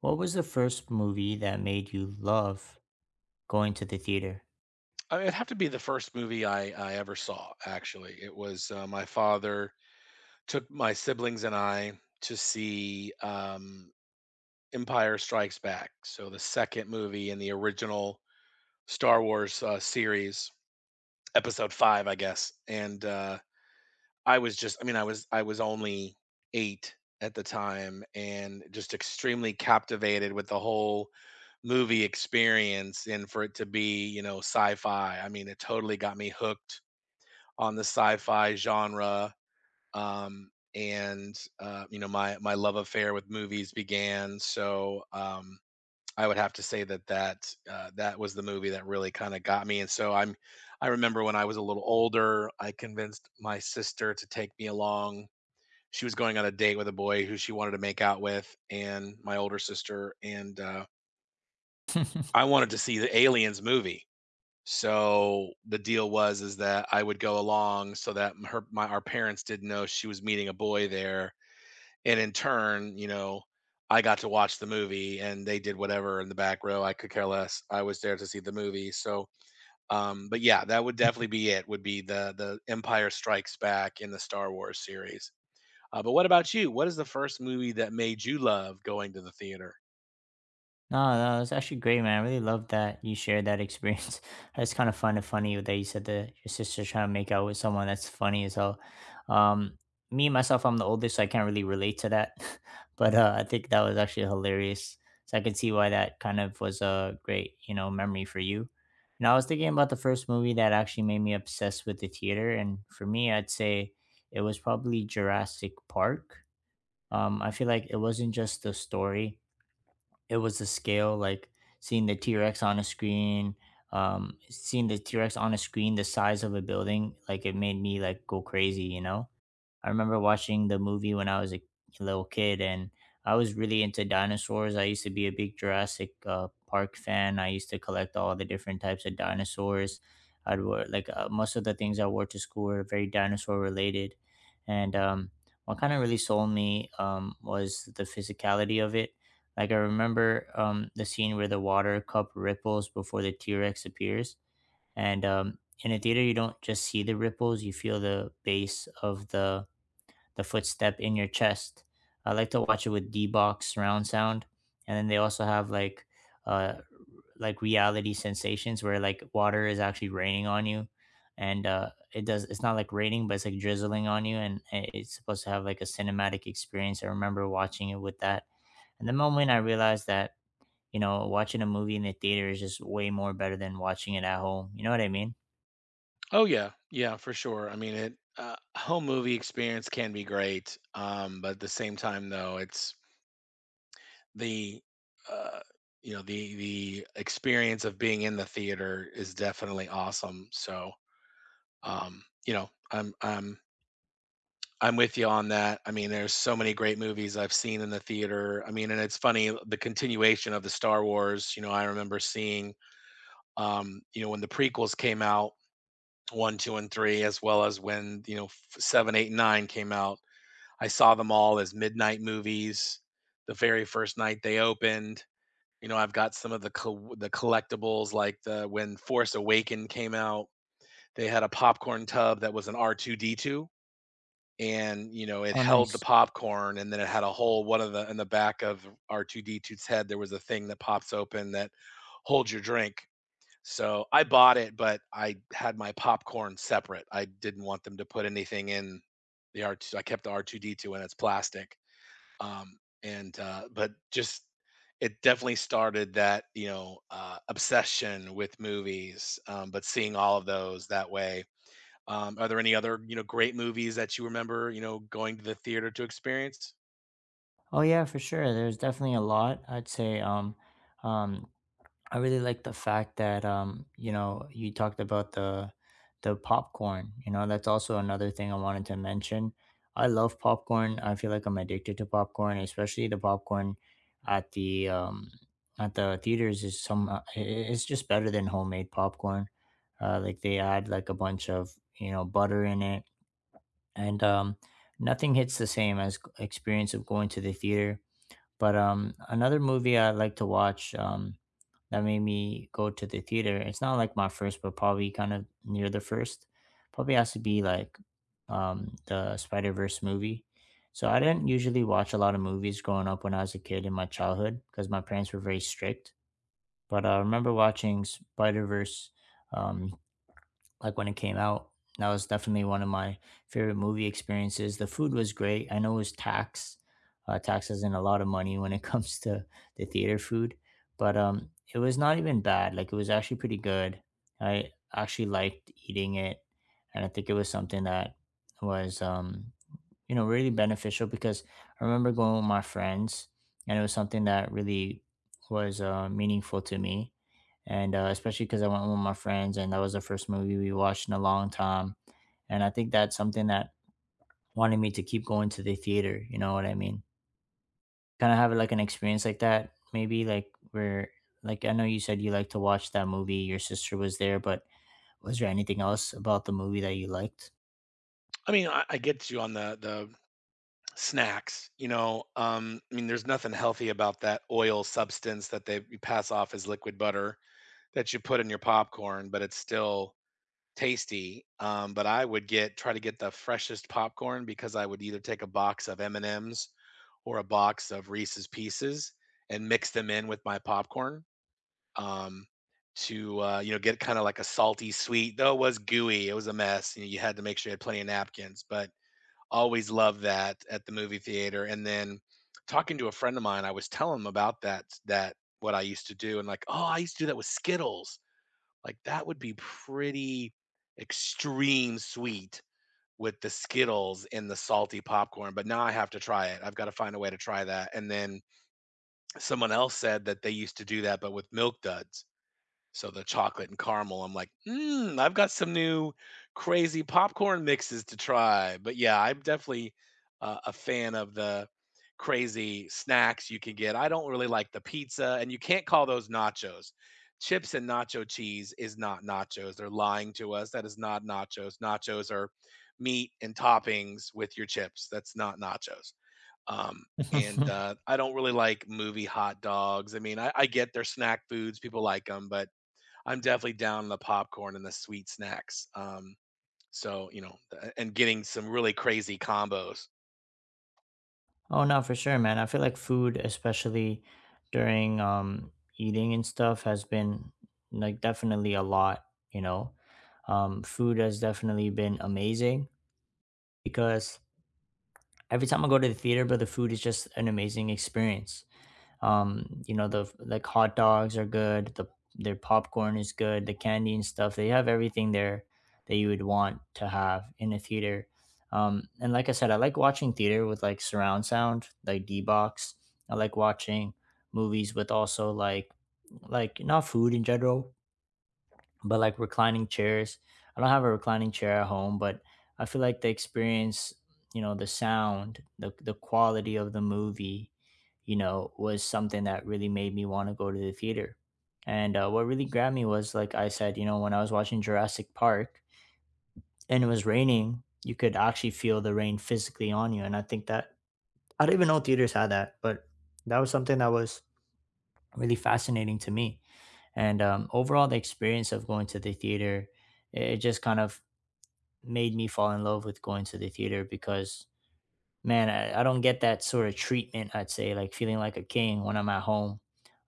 What was the first movie that made you love going to the theater? I mean, it'd have to be the first movie I ever saw, actually. It was, my father took my siblings and I to see, Empire Strikes Back, so the second movie in the original Star Wars, series, episode 5, I guess, and, I was only 8 at the time and just extremely captivated with the whole movie experience and for it to be, sci-fi. I mean, it totally got me hooked on the sci-fi genre. Um, and my love affair with movies began. So I would have to say that was the movie that really kind of got me. I remember when I was a little older, I convinced my sister to take me along. She was going on a date with a boy who she wanted to make out with, and my older sister. And I wanted to see the Aliens movie, so the deal was is that I would go along so that her my our parents didn't know she was meeting a boy there, and in turn, I got to watch the movie and they did whatever in the back row. I could care less. I was there to see the movie. But yeah, that would definitely be it. Would be the Empire Strikes Back in the Star Wars series. But what about you? What is the first movie that made you love going to the theater? No, no, it's actually great, man. I really love that you shared that experience. It's kind of fun and funny that you said that your sister's trying to make out with someone. That's funny as hell. Um, Me myself, I'm the oldest, so I can't really relate to that. But I think that was actually hilarious. So I can see why that kind of was a great, you know, memory for you. And I was thinking about the first movie that actually made me obsessed with the theater, and for me, I'd say it was probably Jurassic Park. I feel like it wasn't just the story; it was the scale. Like seeing the T Rex on a screen, seeing the T Rex on a screen the size of a building, like it made me like go crazy, you know. I remember watching the movie when I was a little kid, and I was really into dinosaurs. I used to be a big Jurassic Park fan. I used to collect all the different types of dinosaurs. I'd wear like most of the things I wore to school were very dinosaur related, and what kind of really sold me, was the physicality of it. I remember the scene where the water cup ripples before the T Rex appears, and in a theater you don't just see the ripples, you feel the base of the footstep in your chest. I like to watch it with D-Box surround sound, and then they also have uh like reality sensations where like water is actually raining on you, and it does. It's not like raining, but it's like drizzling on you, and it's supposed to have like a cinematic experience. I remember watching it with that, and the moment I realized that, you know, watching a movie in the theater is just way more better than watching it at home. You know what I mean? Oh yeah, yeah, for sure. I mean, it home movie experience can be great, but at the same time, though, it's the uh, you know the experience of being in the theater is definitely awesome. So you know, I'm with you on that. I mean, there's so many great movies I've seen in the theater. I mean, and it's funny the continuation of the Star Wars. You know, I remember seeing you know when the prequels came out one, two, and three, as well as when you know seven, eight, and nine came out. I saw them all as midnight movies. The very first night they opened, you know, I've got some of the the collectibles like the when Force Awaken came out. They had a popcorn tub that was an R two D two, and you know it Oh, held the nice. popcorn, and then it had a hole. One of the in the back of R two D 2s head, there was a thing that pops open that holds your drink, so I bought it, but I had my popcorn separate. I didn't want them to put anything in the R2. I kept the R2D2 and it's plastic. Um, and but just it definitely started that you know obsession with movies. But seeing all of those that way. Are there any other you know great movies that you remember you know going to the theater to experience? Oh yeah, for sure. There's definitely a lot. I'd say um I really like the fact that, you know, you talked about the popcorn. You know, that's also another thing I wanted to mention. I love popcorn. I feel like I'm addicted to popcorn, especially the popcorn at the at the theaters is some, it's just better than homemade popcorn. Like they add like a bunch of, you know, butter in it and nothing hits the same as experience of going to the theater, but another movie I like to watch, that made me go to the theater. It's not like my first, but probably kind of near the first. Probably has to be like, the Spider Verse movie. So I didn't usually watch a lot of movies growing up when I was a kid in my childhood because my parents were very strict. But I remember watching Spider Verse. Um, like when it came out. That was definitely one of my favorite movie experiences. The food was great. I know it was tax isn't a lot of money when it comes to the theater food, but it was not even bad. Like it was actually pretty good. I actually liked eating it, and I think it was something that was, you know, really beneficial because I remember going with my friends, and it was something that really was meaningful to me, and especially because I went with my friends, and that was the first movie we watched in a long time, and I think that's something that wanted me to keep going to the theater, you know what I mean? Kind of have like an experience like that, maybe like where, like, I know you said you like to watch that movie your sister was there, but was there anything else about the movie that you liked? I mean, I get you on the snacks, you know, I mean, there's nothing healthy about that oil substance that they you pass off as liquid butter that you put in your popcorn, but it's still tasty. But I would get try to get the freshest popcorn because I would either take a box of M&Ms or a box of Reese's Pieces and mix them in with my popcorn um, to you know get kind of like a salty sweet. Though it was gooey, it was a mess. You know, you had to make sure you had plenty of napkins, but always loved that at the movie theater, and then talking to a friend of mine, I was telling him about that that what I used to do and like, "Oh, I used to do that with Skittles." Like, that would be pretty extreme sweet with the Skittles and the salty popcorn, but now I have to try it. I've gotta find a way to try that, and then someone else said that they used to do that, but with Milk Duds. So the chocolate and caramel, I'm like, mm, I've got some new crazy popcorn mixes to try. But yeah, I'm definitely a fan of the crazy snacks you can get. I don't really like the pizza, and you can't call those nachos. Chips and nacho cheese is not nachos. They're lying to us. That is not nachos. Nachos are meat and toppings with your chips. That's not nachos. Um, and I don't really like movie hot dogs. I mean, I get they're snack foods, people like them, but I'm definitely down on the popcorn and the sweet snacks. So you know, and getting some really crazy combos. Oh no, for sure, man. I feel like food, especially during eating and stuff, has been like definitely a lot, you know. Food has definitely been amazing because every time I go to the theater, but the food is just an amazing experience. You know, the, like, hot dogs are good, their popcorn is good, the candy and stuff. They have everything there that you would want to have in a theater. And like I said, I like watching theater with like surround sound, like D box. I like watching movies with also like not food in general but like reclining chairs. I don't have a reclining chair at home, but I feel like the experience, you know, the sound, the quality of the movie, you know, was something that really made me want to go to the theater. And what really grabbed me was, like I said, you know, when I was watching Jurassic Park, and it was raining, you could actually feel the rain physically on you, and I think that I do not even know theaters had that, but that was something that was really fascinating to me. And Overall, the experience of going to the theater, it just kind of made me fall in love with going to the theater because, man, I don't get that sort of treatment, I'd say, like feeling like a king when I'm at home.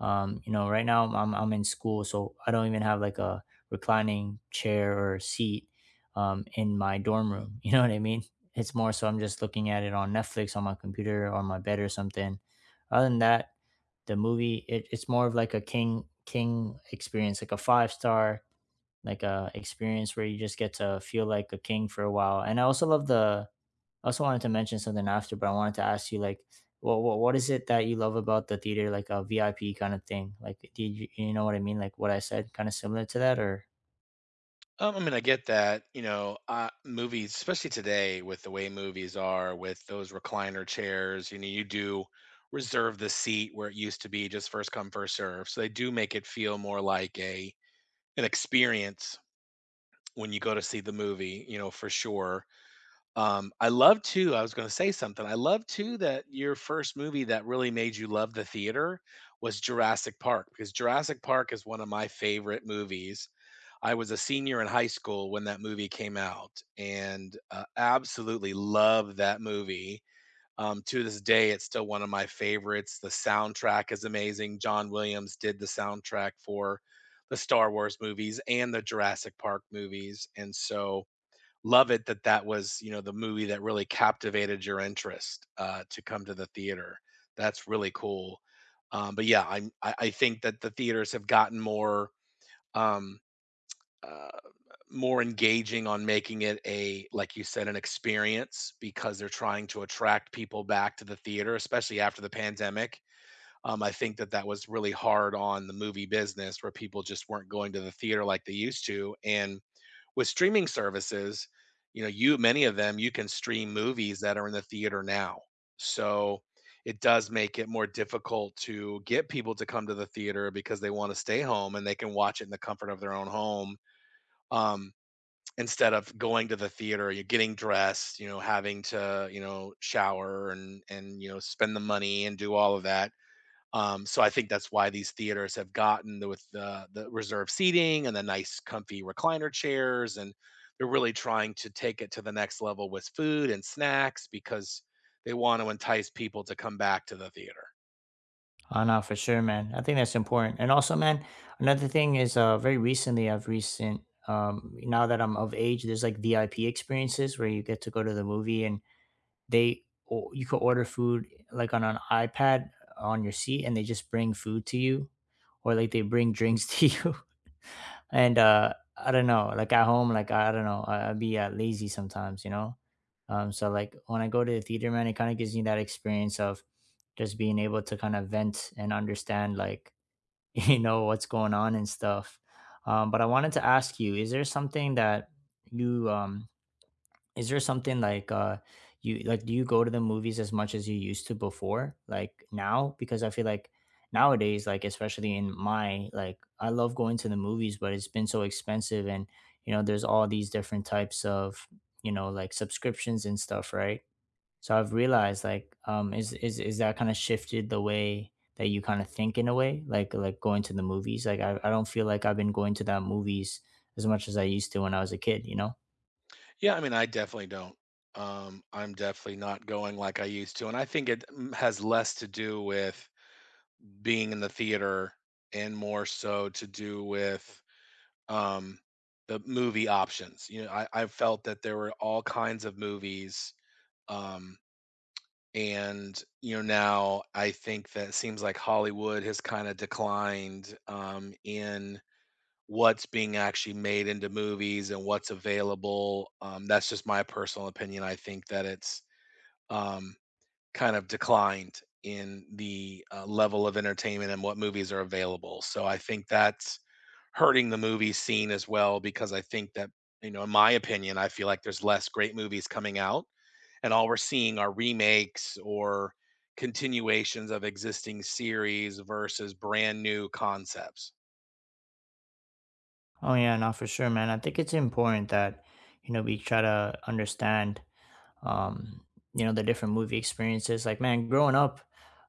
You know, right now I'm in school, so I don't even have like a reclining chair or seat, in my dorm room. You know what I mean? It's more so I'm just looking at it on Netflix on my computer or on my bed or something. Other than that, the movie it's more of like a king king experience, like a five star, like a experience where you just get to feel like a king for a while. And I also love the I also wanted to mention something after, but I wanted to ask you like, what is it that you love about the theater, like a VIP kind of thing? Like, did you, you know what I mean? Like what I said, kind of similar to that, or— I mean, I get that. You know, movies, especially today, with the way movies are, with those recliner chairs, you know, you do reserve the seat where it used to be just first come first serve. So they do make it feel more like a an experience when you go to see the movie. You know, for sure. I love too. I was going to say something. I love too that your first movie that really made you love the theater was Jurassic Park because Jurassic Park is one of my favorite movies. I was a senior in high school when that movie came out and absolutely love that movie. To this day, it's still one of my favorites. The soundtrack is amazing. John Williams did the soundtrack for the Star Wars movies and the Jurassic Park movies. And so, love it that that was, you know, the movie that really captivated your interest, to come to the theater. That's really cool. But yeah, I I think that the theaters have gotten more, um, uh, more engaging on making it a, like you said, an experience because they're trying to attract people back to the theater, especially after the pandemic. I think that that was really hard on the movie business where people just weren't going to the theater like they used to, and with streaming services, you know, you many of them, you can stream movies that are in the theater now. So, it does make it more difficult to get people to come to the theater because they wanna stay home and they can watch it in the comfort of their own home, um, instead of going to the theater, you're getting dressed, you know, having to, you know, shower and you know, spend the money and do all of that. So I think that's why these theaters have gotten with the reserved seating and the nice comfy recliner chairs, and they're really trying to take it to the next level with food and snacks because they want to entice people to come back to the theater. I no, for sure, man. I think that's important. And also, man, another thing is very recently I've recent now that I'm of age, there's like VIP experiences where you get to go to the movie and they, or you could order food like on an iPad on your seat and they just bring food to you or like they bring drinks to you. And I don't know, like at home, I don't know, I'd be lazy sometimes, you know. So like when I go to the theater, man, it kind of gives me that experience of just being able to kind of vent and understand like you know what's going on and stuff. But I wanted to ask you, is there something that you is there something like you like, do you go to the movies as much as you used to before? Like now? Because I feel like nowadays, like especially in my, like, I love going to the movies, but it's been so expensive, and you know, there's all these different types of, you know, like subscriptions and stuff, right? So I've realized like, is that kind of shifted the way that you kind of think in a way, like going to the movies. I don't feel like I've been going to that movies as much as I used to when I was a kid, you know? Yeah, I mean, I definitely don't. I'm definitely not going like I used to, and I think it has less to do with being in the theater and more so to do with um, the movie options. You know, I felt that there were all kinds of movies. Um, and, you know, now I think that it seems like Hollywood has kind of declined in what's being actually made into movies and what's available. That's just my personal opinion. I think that it's um, kind of declined in the level of entertainment and what movies are available. So I think that's hurting the movie scene as well because I think that, you know, in my opinion, I feel like there's less great movies coming out and all we're seeing are remakes or continuations of existing series versus brand new concepts. Oh yeah, no, for sure, man. I think it's important that you know we try to understand, um, you know, the different movie experiences. Like, man, growing up,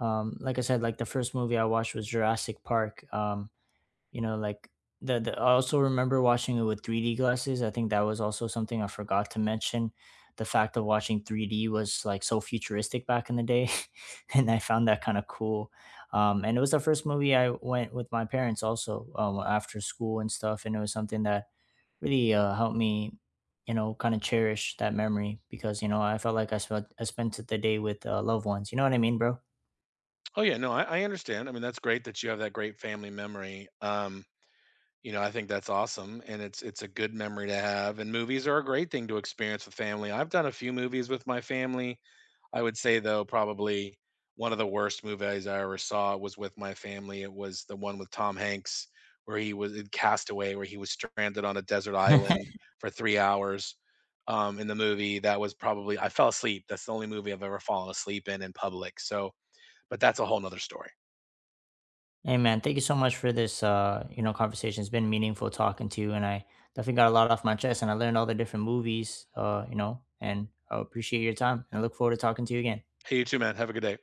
like I said, like the first movie I watched was Jurassic Park. You know, like the I also remember watching it with 3D glasses. I think that was also something I forgot to mention. The fact of watching 3D was like so futuristic back in the day, and I found that kind of cool. And it was the first movie I went with my parents also, after school and stuff, and it was something that really helped me, you know, kind of cherish that memory because, you know, I felt like I spent the day with, loved ones. You know what I mean, bro? Oh yeah, no, I understand. I mean, that's great that you have that great family memory. You know, I think that's awesome, and it's a good memory to have, and movies are a great thing to experience with family. I've done a few movies with my family. I would say though, probably one of the worst movies I ever saw was with my family. It was the one with Tom Hanks where he was in Castaway, where he was stranded on a desert island for 3 hours. In the movie, that was probably I fell asleep. That's the only movie I've ever fallen asleep in public. So, but that's a whole nother story. Hey man, thank you so much for this, you know, conversation. It's been meaningful talking to you, and I definitely got a lot off my chest, and I learned all the different movies, you know, and I appreciate your time, and I look forward to talking to you again. Hey, you too, man. Have a good day.